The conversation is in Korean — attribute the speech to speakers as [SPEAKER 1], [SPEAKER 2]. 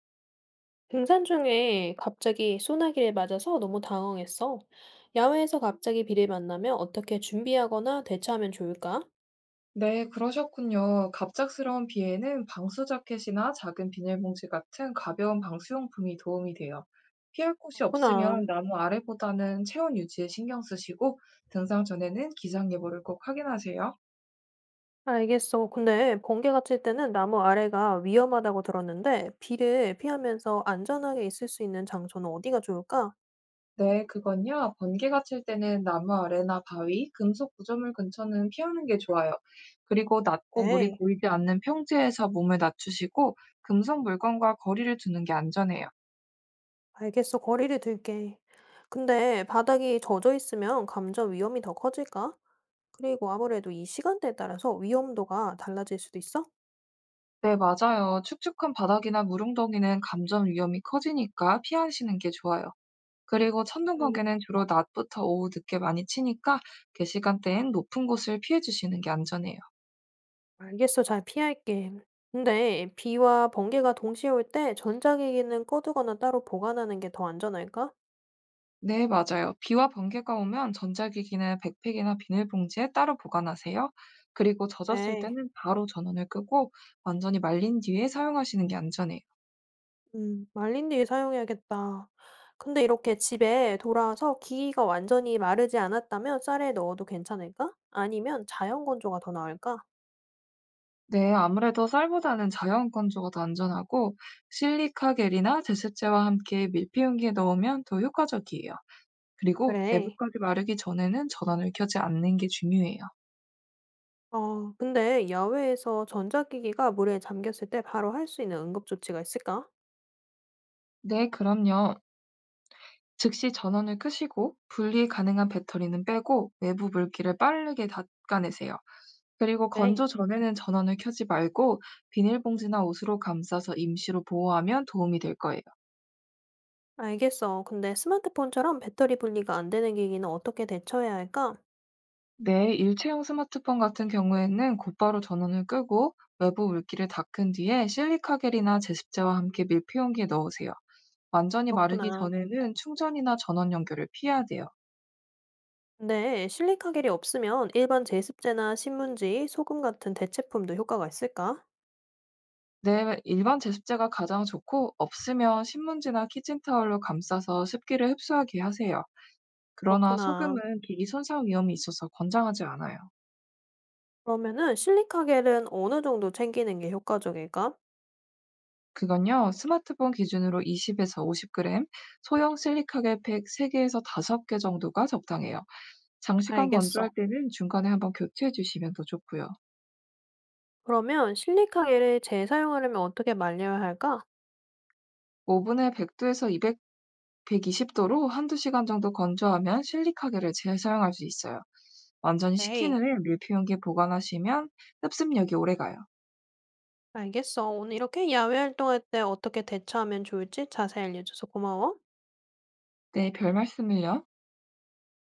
[SPEAKER 1] 등산 중에 갑자기 소나기를 맞아서 너무 당황했어. 야외에서 갑자기 비를 만나면 어떻게 준비하거나 대처하면 좋을까?
[SPEAKER 2] 네, 그러셨군요. 갑작스러운 비에는 방수 자켓이나 작은 비닐봉지 같은 가벼운 방수용품이 도움이 돼요. 피할 곳이
[SPEAKER 1] 그렇구나.
[SPEAKER 2] 없으면 나무 아래보다는 체온 유지에 신경 쓰시고 등산 전에는 기상 예보를 꼭 확인하세요.
[SPEAKER 1] 알겠어. 근데 번개가 칠 때는 나무 아래가 위험하다고 들었는데 비를 피하면서 안전하게 있을 수 있는 장소는 어디가 좋을까?
[SPEAKER 2] 네, 그건요. 번개가 칠 때는 나무 아래나 바위, 금속 구조물 근처는 피하는 게 좋아요. 그리고 낮고 물이
[SPEAKER 1] 에이,
[SPEAKER 2] 고이지 않는 평지에서 몸을 낮추시고 금속 물건과 거리를 두는 게 안전해요.
[SPEAKER 1] 알겠어. 거리를 둘게. 근데 바닥이 젖어 있으면 감전 위험이 더 커질까? 그리고 아무래도 이 시간대에 따라서 위험도가 달라질 수도 있어?
[SPEAKER 2] 네, 맞아요. 축축한 바닥이나 물웅덩이는 감전 위험이 커지니까 피하시는 게 좋아요. 그리고 천둥 번개는 주로 낮부터 오후 늦게 많이 치니까 그 시간대엔 높은 곳을 피해 주시는 게 안전해요.
[SPEAKER 1] 알겠어. 잘 피할게. 근데 비와 번개가 동시에 올 때 전자기기는 꺼두거나 따로 보관하는 게 더 안전할까?
[SPEAKER 2] 네, 맞아요. 비와 번개가 오면 전자기기는 백팩이나 비닐봉지에 따로 보관하세요. 그리고 젖었을
[SPEAKER 1] 네.
[SPEAKER 2] 때는 바로 전원을 끄고 완전히 말린 뒤에 사용하시는 게 안전해요.
[SPEAKER 1] 말린 뒤에 사용해야겠다. 근데 이렇게 집에 돌아와서 기기가 완전히 마르지 않았다면 쌀에 넣어도 괜찮을까? 아니면 자연 건조가 더 나을까?
[SPEAKER 2] 네, 아무래도 쌀보다는 자연 건조가 더 안전하고 실리카겔이나 제습제와 함께 밀폐용기에 넣으면 더 효과적이에요. 그리고
[SPEAKER 1] 그래.
[SPEAKER 2] 내부까지 마르기 전에는 전원을 켜지 않는 게 중요해요.
[SPEAKER 1] 어, 근데 야외에서 전자기기가 물에 잠겼을 때 바로 할 수 있는 응급조치가 있을까?
[SPEAKER 2] 네, 그럼요. 즉시 전원을 끄시고 분리 가능한 배터리는 빼고 외부 물기를 빠르게 닦아내세요. 그리고
[SPEAKER 1] 그래.
[SPEAKER 2] 건조 전에는 전원을 켜지 말고 비닐봉지나 옷으로 감싸서 임시로 보호하면 도움이 될 거예요.
[SPEAKER 1] 알겠어. 근데 스마트폰처럼 배터리 분리가 안 되는 기기는 어떻게 대처해야 할까?
[SPEAKER 2] 네, 일체형 스마트폰 같은 경우에는 곧바로 전원을 끄고 외부 물기를 닦은 뒤에 실리카겔이나 제습제와 함께 밀폐 용기에 넣으세요. 완전히 마르기
[SPEAKER 1] 그렇구나.
[SPEAKER 2] 전에는 충전이나 전원 연결을 피해야 돼요.
[SPEAKER 1] 근데 실리카겔이 없으면 일반 제습제나 신문지, 소금 같은 대체품도 효과가 있을까?
[SPEAKER 2] 네, 일반 제습제가 가장 좋고 없으면 신문지나 키친타올로 감싸서 습기를 흡수하게 하세요. 그러나
[SPEAKER 1] 그렇구나.
[SPEAKER 2] 소금은 기기 손상 위험이 있어서 권장하지 않아요.
[SPEAKER 1] 그러면은 실리카겔은 어느 정도 챙기는 게 효과적일까?
[SPEAKER 2] 그건요, 스마트폰 기준으로 20에서 50g 소형 실리카겔 팩 3개에서 5개 정도가 적당해요. 장시간
[SPEAKER 1] 알겠어.
[SPEAKER 2] 건조할 때는 중간에 한번 교체해 주시면 더 좋고요.
[SPEAKER 1] 그러면 실리카겔을 재사용하려면 어떻게 말려야 할까?
[SPEAKER 2] 오븐에 100 에서 이백 백120 도로 한두 시간 정도 건조하면 실리카겔을 재사용할 수 있어요. 완전히 식힌
[SPEAKER 1] 에이,
[SPEAKER 2] 후에 밀폐 용기에 보관하시면 흡습력이 오래가요.
[SPEAKER 1] 알겠어. 오늘 이렇게 야외 활동할 때 어떻게 대처하면 좋을지 자세히 알려줘서 고마워.
[SPEAKER 2] 네, 별말씀을요.